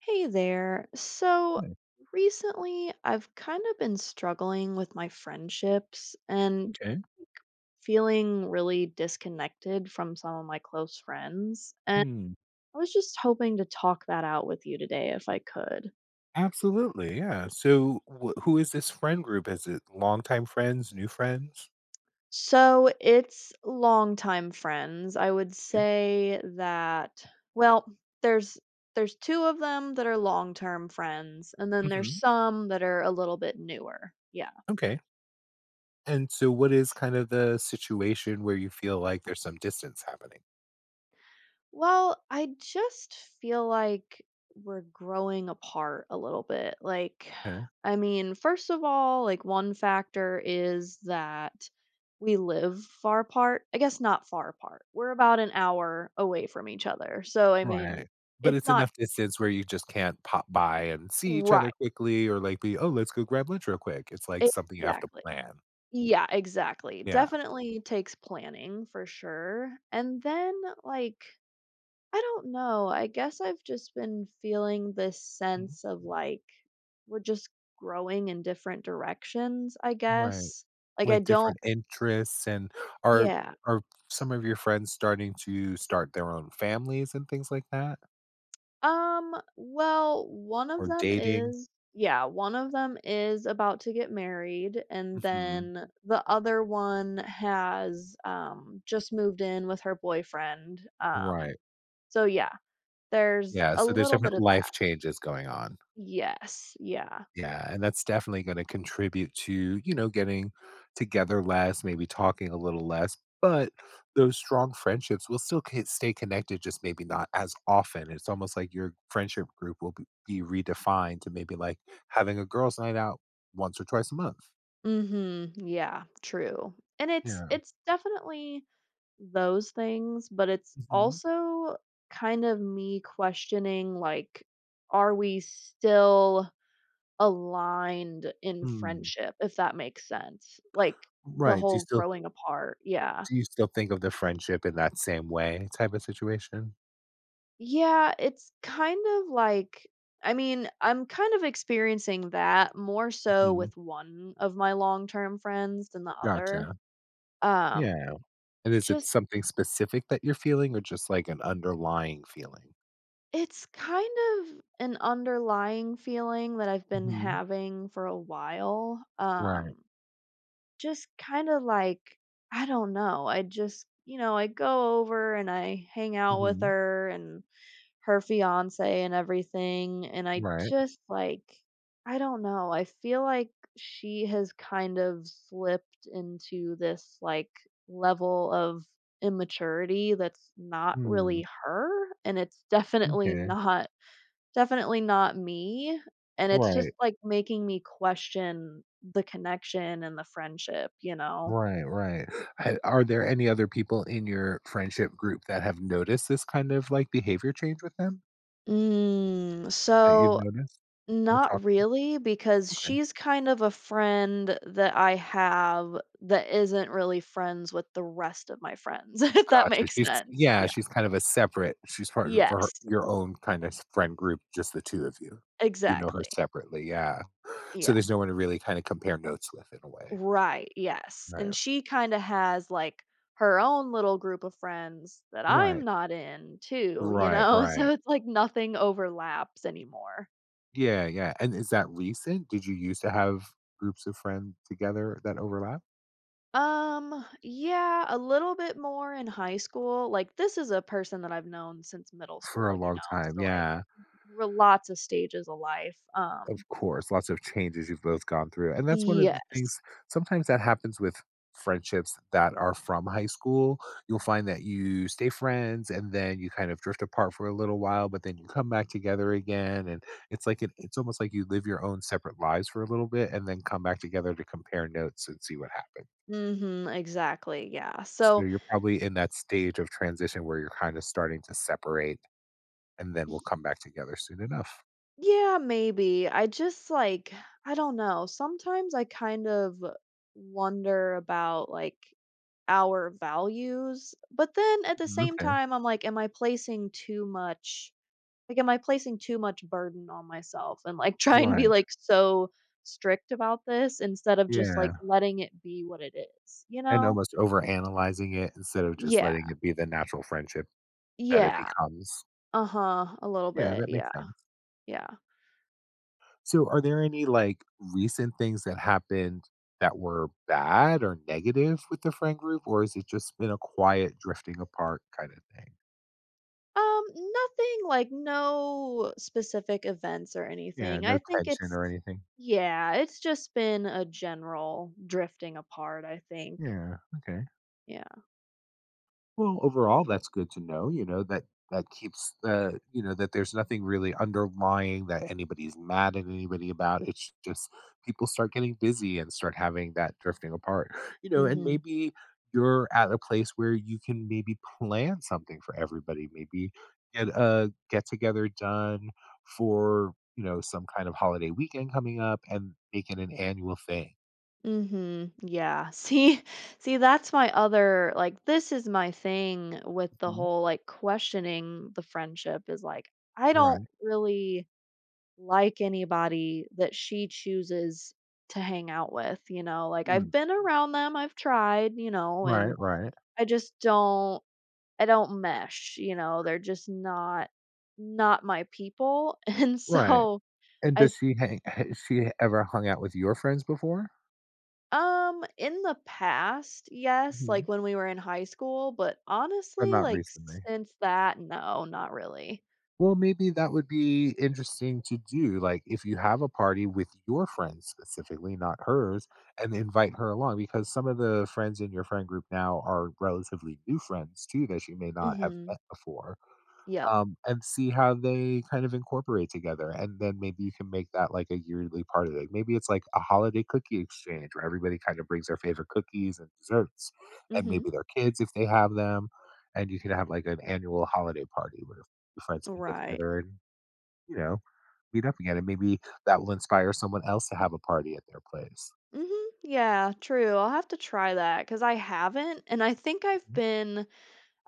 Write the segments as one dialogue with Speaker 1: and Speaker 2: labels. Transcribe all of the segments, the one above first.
Speaker 1: Hey there. So
Speaker 2: Right,
Speaker 1: recently I've kind of been struggling with my friendships and,
Speaker 2: okay.
Speaker 1: like, feeling really disconnected from some of my close friends. And
Speaker 2: Hmm,
Speaker 1: I was just hoping to talk that out with you today if I could.
Speaker 2: absolutely, yeah. So, wh who is this friend group? Is it longtime friends, new friends?
Speaker 1: So it's longtime friends. I would
Speaker 2: Yeah,
Speaker 1: say that, well, there's there's two of them that are long-term friends, and then there's
Speaker 2: mhm,
Speaker 1: some that are a little bit newer. Yeah.
Speaker 2: okay. And so what is kind of the situation where you feel like there's some distance happening?
Speaker 1: Well, I just feel like we're growing apart a little bit. Like,
Speaker 2: Okay,
Speaker 1: I mean, first of all, like, one factor is that we live far apart. I guess not far apart. We're about an hour away from each other. So, I mean,
Speaker 2: right. But
Speaker 1: it's
Speaker 2: it's
Speaker 1: not
Speaker 2: enough distance where you just can't pop by and see each other
Speaker 1: right.
Speaker 2: quickly or, like, be, "Oh, let's go grab lunch real quick." It's, like, something you have to
Speaker 1: Exactly.
Speaker 2: plan.
Speaker 1: Yeah, exactly.
Speaker 2: Yeah.
Speaker 1: Definitely takes planning for sure. And then, like, I don't know. I guess I've just been feeling this
Speaker 2: Mhm,
Speaker 1: sense of like we're just growing in different directions, I
Speaker 2: right.
Speaker 1: guess. Like, I
Speaker 2: Like,
Speaker 1: don't,
Speaker 2: different interests, and are
Speaker 1: yeah.
Speaker 2: are some of your friends starting to start their own families and things like that?
Speaker 1: Well, one of
Speaker 2: Or
Speaker 1: them
Speaker 2: dating?
Speaker 1: is yeah, one of them is about to get married, and
Speaker 2: Mhm.
Speaker 1: then the other one has just moved in with her boyfriend. Um
Speaker 2: Right.
Speaker 1: so yeah, there's
Speaker 2: Yeah,
Speaker 1: a
Speaker 2: so there's
Speaker 1: little bit
Speaker 2: different
Speaker 1: of
Speaker 2: life
Speaker 1: that.
Speaker 2: changes going on.
Speaker 1: Yes. Yeah.
Speaker 2: Yeah, and that's definitely gonna contribute to, you know, getting together less, maybe talking a little less, but those strong friendships will still ca stay connected, just maybe not as often. It's almost like your friendship group will b be redefined to maybe, like, having a girls' night out once or twice a month.
Speaker 1: Mhm. Yeah, true. And it's
Speaker 2: Yeah.
Speaker 1: it's definitely those things, but it's
Speaker 2: Mhm.
Speaker 1: also kind of me questioning like are we still aligned in
Speaker 2: Mm.
Speaker 1: friendship if that makes sense? Like the
Speaker 2: Right. Do you
Speaker 1: whole
Speaker 2: still
Speaker 1: growing apart. Yeah.
Speaker 2: do you still think of the friendship in that same way type of situation?
Speaker 1: Yeah, it's kind of like I mean, I'm kind of experiencing that more so
Speaker 2: Mhm.
Speaker 1: with one of my long-term friends than the other.
Speaker 2: Gotcha.
Speaker 1: Um
Speaker 2: Yeah. And is it
Speaker 1: just
Speaker 2: something specific that you're feeling or just like an underlying feeling?
Speaker 1: It's kind of an underlying feeling that I've been
Speaker 2: Mhm.
Speaker 1: having for a while.
Speaker 2: Right.
Speaker 1: Just kind of like, I don't know. I just, I go over and I hang out with
Speaker 2: Mhm.
Speaker 1: her and her fiance and everything. And I
Speaker 2: Right.
Speaker 1: just like, I don't know. I feel like she has kind of slipped into this like level of immaturity that's not
Speaker 2: Mm.
Speaker 1: really her. And it's definitely
Speaker 2: Okay.
Speaker 1: not Definitely not me, and it's just,
Speaker 2: Right.
Speaker 1: like, making me question the connection and the friendship, you know?
Speaker 2: Right, right. Ha are there any other people in your friendship group that have noticed this kind of, like, behavior change with them
Speaker 1: Mm,
Speaker 2: that you've
Speaker 1: so,
Speaker 2: noticed or
Speaker 1: not
Speaker 2: talked to?
Speaker 1: really, because
Speaker 2: Okay.
Speaker 1: she's kind of a friend that I have that isn't really friends with the rest of my friends, if that
Speaker 2: Gotcha,
Speaker 1: makes
Speaker 2: she's
Speaker 1: sense.
Speaker 2: yeah,
Speaker 1: Yeah.
Speaker 2: she's kind of a separate she's part of her
Speaker 1: Yes,
Speaker 2: your own kind of friend group, just the 2 of you. You know her
Speaker 1: exactly.
Speaker 2: separately, yeah. So
Speaker 1: Yeah.
Speaker 2: there's no one to really kinda compare notes with in a way.
Speaker 1: Right, yes, and
Speaker 2: Right.
Speaker 1: she kinda has, like, her own little group of friends that I'm
Speaker 2: Right.
Speaker 1: not in too, you
Speaker 2: Right,
Speaker 1: know? So
Speaker 2: right.
Speaker 1: it's like nothing overlaps anymore.
Speaker 2: Yeah, yeah, and is that recent? Did you used to have groups of friends together that overlap?
Speaker 1: Yeah, a little bit more in high school, like, this is a person that I've known since middle
Speaker 2: For
Speaker 1: school,
Speaker 2: a
Speaker 1: you know?
Speaker 2: long time,
Speaker 1: So, like,
Speaker 2: yeah.
Speaker 1: we lots of stages of life,
Speaker 2: Of
Speaker 1: um
Speaker 2: course, lots of changes you've both gone through, and that's one of the
Speaker 1: Yes.
Speaker 2: things sometimes that happens with friendships that are from high school. You'll find that you stay friends and then you kind of drift apart for a little while, but then you come back together again and it's like it's almost like you live your own separate lives for a little bit and then come back together to compare notes and see what happened.
Speaker 1: Mhm, exactly, yeah.
Speaker 2: So
Speaker 1: So,
Speaker 2: you're probably in that stage of transition where you're kind of starting to separate and then we'll come back together soon enough.
Speaker 1: yeah, maybe. I just like, I don't know. Sometimes I kind of wonder about like our values, but then at the
Speaker 2: Mm,
Speaker 1: same
Speaker 2: okay.
Speaker 1: time, I'm like, am I placing too much? Like, am I placing too much burden on myself and like trying to be
Speaker 2: Right.
Speaker 1: like so strict about this instead of just like
Speaker 2: Yeah.
Speaker 1: letting it be what it is, you
Speaker 2: And
Speaker 1: know?
Speaker 2: almost overanalyzing it instead of just
Speaker 1: Yeah.
Speaker 2: letting it be the natural friendship that it
Speaker 1: Yeah.
Speaker 2: becomes.
Speaker 1: Uh huh. A little
Speaker 2: Yeah,
Speaker 1: bit.
Speaker 2: that makes
Speaker 1: Yeah.
Speaker 2: sense.
Speaker 1: Yeah.
Speaker 2: So are there any, like, recent things that happened that were bad or negative with the friend group, or has it just been a quiet drifting apart kinda thing?
Speaker 1: Nothing like no specific events or
Speaker 2: Yeah,
Speaker 1: anything. I
Speaker 2: no
Speaker 1: think
Speaker 2: tension
Speaker 1: it's
Speaker 2: or anything.
Speaker 1: yeah, it's just been a general drifting apart, I think.
Speaker 2: Yeah, okay.
Speaker 1: Yeah.
Speaker 2: Well, overall, that's good to know, you know, that keeps you know, that there's nothing really underlying that anybody's mad at anybody about. It's just people start getting busy and start having that drifting apart. You know, and
Speaker 1: Mhm.
Speaker 2: maybe you're at a place where you can maybe plan something for everybody, maybe get a get together done for, you know, some kind of holiday weekend coming up and make it an annual thing.
Speaker 1: Mhm. Yeah. See, that's my other like this is my thing with the
Speaker 2: Mhm.
Speaker 1: whole like questioning the friendship is like I don't
Speaker 2: Right.
Speaker 1: really like anybody that she chooses to hang out with, you know? Like I've
Speaker 2: Mm.
Speaker 1: been around them, I've tried, you know, and
Speaker 2: Right, right.
Speaker 1: I just don't I don't mesh, you know, they're just not my people, and
Speaker 2: Right.
Speaker 1: so
Speaker 2: And
Speaker 1: I
Speaker 2: does
Speaker 1: th
Speaker 2: she hang she ever hung out with your friends before?
Speaker 1: in the past, yes, like,
Speaker 2: Mhm.
Speaker 1: when we were in high school, but
Speaker 2: Or
Speaker 1: honestly,
Speaker 2: not
Speaker 1: like,
Speaker 2: recently?
Speaker 1: since that, no, not really.
Speaker 2: Well, maybe that would be interesting to do, like, if you have a party with your friends specifically, not hers, and invite her along because some of the friends in your friend group now are relatively new friends too that she may not have
Speaker 1: Mhm.
Speaker 2: met before.
Speaker 1: Yep.
Speaker 2: And see how they kind of incorporate together. And then maybe you can make that like a yearly part of it. Maybe it's like a holiday cookie exchange where everybody kind of brings their favorite cookies and desserts and
Speaker 1: Mhm.
Speaker 2: maybe their kids if they have them. And you can have like an annual holiday party where your friends can get
Speaker 1: Right.
Speaker 2: together and, you know, meet up again. And maybe that will inspire someone else to have a party at their place.
Speaker 1: Mhm. Yeah, true, I'll have to try that because I haven't, and I think I've
Speaker 2: Mhm.
Speaker 1: been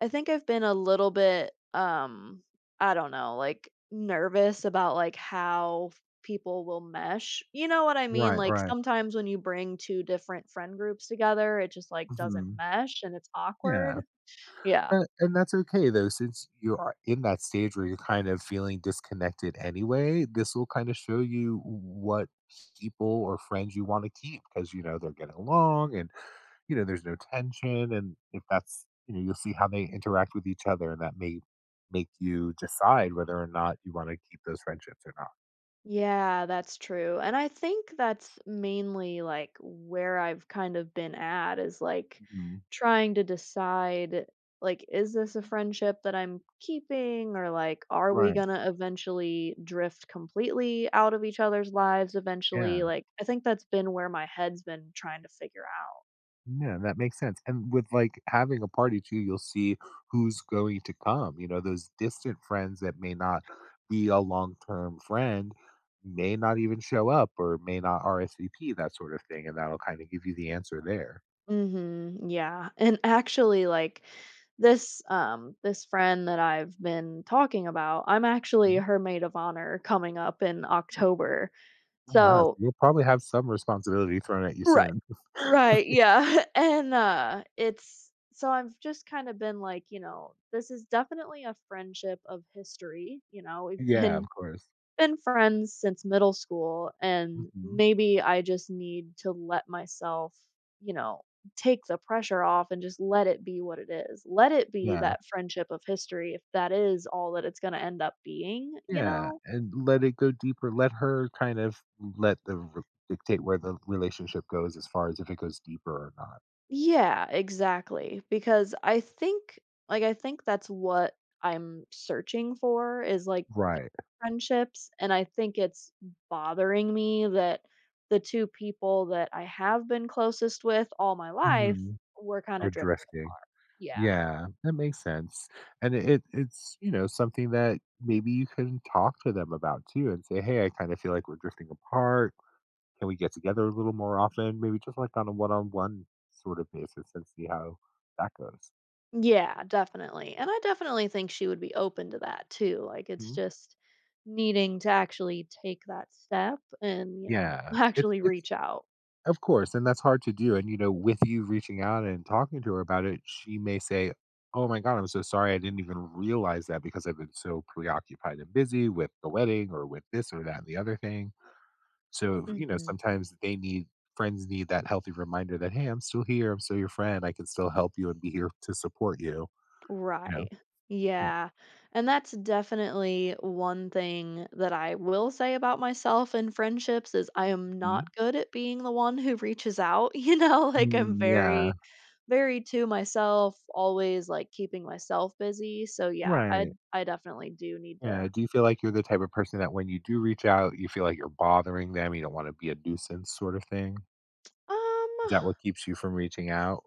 Speaker 1: I think I've been a little bit, I don't know, like nervous about like how people will mesh. You know what I mean?
Speaker 2: Right,
Speaker 1: Like
Speaker 2: right.
Speaker 1: sometimes when you bring two different friend groups together, it just like doesn't
Speaker 2: Hmm.
Speaker 1: mesh and it's awkward.
Speaker 2: Yeah.
Speaker 1: Yeah.
Speaker 2: But and that's okay though, since you are in that stage where you're kind of feeling disconnected anyway, this will kind of show you what people or friends you want to keep because you know they're getting along and you know there's no tension and if that's you know you'll see how they interact with each other and that may make you decide whether or not you want to keep those friendships or not.
Speaker 1: Yeah, that's true. And I think that's mainly like where I've kind of been at is like
Speaker 2: Mhm.
Speaker 1: trying to decide like is this a friendship that I'm keeping or like are we
Speaker 2: Right.
Speaker 1: going to eventually drift completely out of each other's lives eventually?
Speaker 2: Yeah.
Speaker 1: Like I think that's been where my head's been trying to figure out.
Speaker 2: Yeah, that makes sense, and with, like, having a party too, you'll see who's going to come, you know, those distant friends that may not be a long-term friend may not even show up or may not RSVP, that sort of thing, and that'll kinda give you the answer there.
Speaker 1: Mhm. Yeah. And actually like this friend that I've been talking about, I'm actually
Speaker 2: Mhm.
Speaker 1: her maid of honor coming up in October.
Speaker 2: Oh, wow, so
Speaker 1: So,
Speaker 2: you'll probably have some responsibility thrown at you
Speaker 1: right.
Speaker 2: soon.
Speaker 1: Right. Yeah. And it's so I've just kind of been like, you know, this is definitely a friendship of history, you know. We've
Speaker 2: Yeah,
Speaker 1: been
Speaker 2: of course.
Speaker 1: been friends since middle school, and
Speaker 2: Mhm.
Speaker 1: maybe I just need to let myself, you know, take the pressure off and just let it be what it is. Let it be
Speaker 2: Yeah.
Speaker 1: that friendship of history if that is all that it's going to end up being, you
Speaker 2: Yeah,
Speaker 1: know?
Speaker 2: and let it go deeper, let her kind of let the r dictate where the relationship goes as far as if it goes deeper or not.
Speaker 1: Yeah, exactly. Because I think that's what I'm searching for is like
Speaker 2: Right.
Speaker 1: friendships, and I think it's bothering me that the two people that I have been closest with all my life
Speaker 2: Mhm.
Speaker 1: were kinda
Speaker 2: Or
Speaker 1: drifting
Speaker 2: drifting.
Speaker 1: apart. Yeah.
Speaker 2: Yeah, that makes sense. And it's, you know, something that maybe you can talk to them about too and say, "Hey, I kind of feel like we're drifting apart. Can we get together a little more often?" Maybe just like on a one-on-one sort of basis and see how that goes.
Speaker 1: Yeah, definitely, and I definitely think she would be open to that too, like, it's
Speaker 2: Mhm.
Speaker 1: just needing to actually take that step and,
Speaker 2: Yeah.
Speaker 1: actually
Speaker 2: It's
Speaker 1: reach out.
Speaker 2: Of course, and that's hard to do, and, you know, with you reaching out and talking to her about it, she may say, "Oh my god, I'm so sorry, I didn't even realize that because I've been so preoccupied and busy with the wedding or with this or that and the other thing." So, you know,
Speaker 1: Mhm.
Speaker 2: sometimes they need friends need that healthy reminder that, "Hey, I'm still here, I'm still your friend, I can still help you and be here to support you," you know?
Speaker 1: Right.
Speaker 2: Yeah.
Speaker 1: Yeah. And that's definitely one thing that I will say about myself in friendships is I am
Speaker 2: Mhm.
Speaker 1: not good at being the one who reaches out, like I'm
Speaker 2: Mm, yeah.
Speaker 1: very very to myself, always like keeping myself busy. So yeah, I
Speaker 2: Right.
Speaker 1: I definitely do need
Speaker 2: Yeah,
Speaker 1: to
Speaker 2: do you feel like you're the type of person that when you do reach out, you feel like you're bothering them, you don't wanna be a nuisance sort of thing? Is
Speaker 1: um
Speaker 2: that what keeps you from reaching out?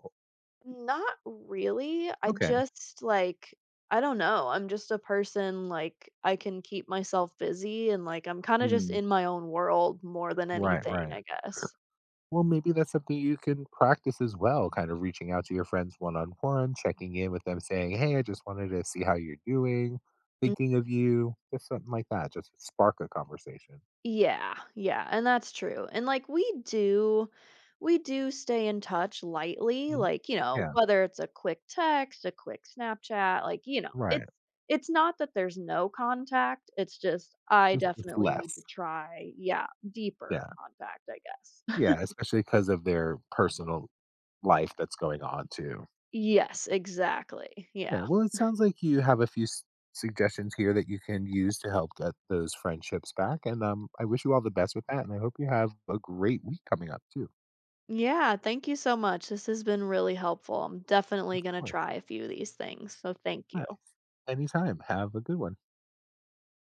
Speaker 1: Not really. I
Speaker 2: Okay.
Speaker 1: just like I don't know. I'm just a person like I can keep myself busy and like I'm kind of just
Speaker 2: Mm,
Speaker 1: in my own world more than
Speaker 2: right,
Speaker 1: anything,
Speaker 2: right.
Speaker 1: I guess.
Speaker 2: Well, maybe that's something you can practice as well, kind of reaching out to your friends one on one, checking in with them, saying, "Hey, I just wanted to see how you're doing,
Speaker 1: Mm.
Speaker 2: thinking of you," just something like that. Just spark a conversation.
Speaker 1: Yeah, yeah, and that's true. And like we do stay in touch lightly,
Speaker 2: Mhm.
Speaker 1: like, you know,
Speaker 2: Yeah,
Speaker 1: whether it's a quick text, a quick Snapchat, like, it's
Speaker 2: right.
Speaker 1: it's not that there's no contact. It's just I
Speaker 2: It's just
Speaker 1: definitely need to
Speaker 2: less.
Speaker 1: try, yeah, deeper
Speaker 2: Yeah.
Speaker 1: contact, I guess.
Speaker 2: Yeah, especially because of their personal life that's going on too.
Speaker 1: Yes, exactly. Yeah.
Speaker 2: Yeah, well, it sounds like you have a few suggestions here that you can use to help get those friendships back. And I wish you all the best with that. And I hope you have a great week coming up, too.
Speaker 1: Yeah, thank you so much. This has been really helpful. I'm
Speaker 2: Of
Speaker 1: definitely going to
Speaker 2: course.
Speaker 1: try a few of these things. So thank you.
Speaker 2: Yeah, anytime. Have a good one.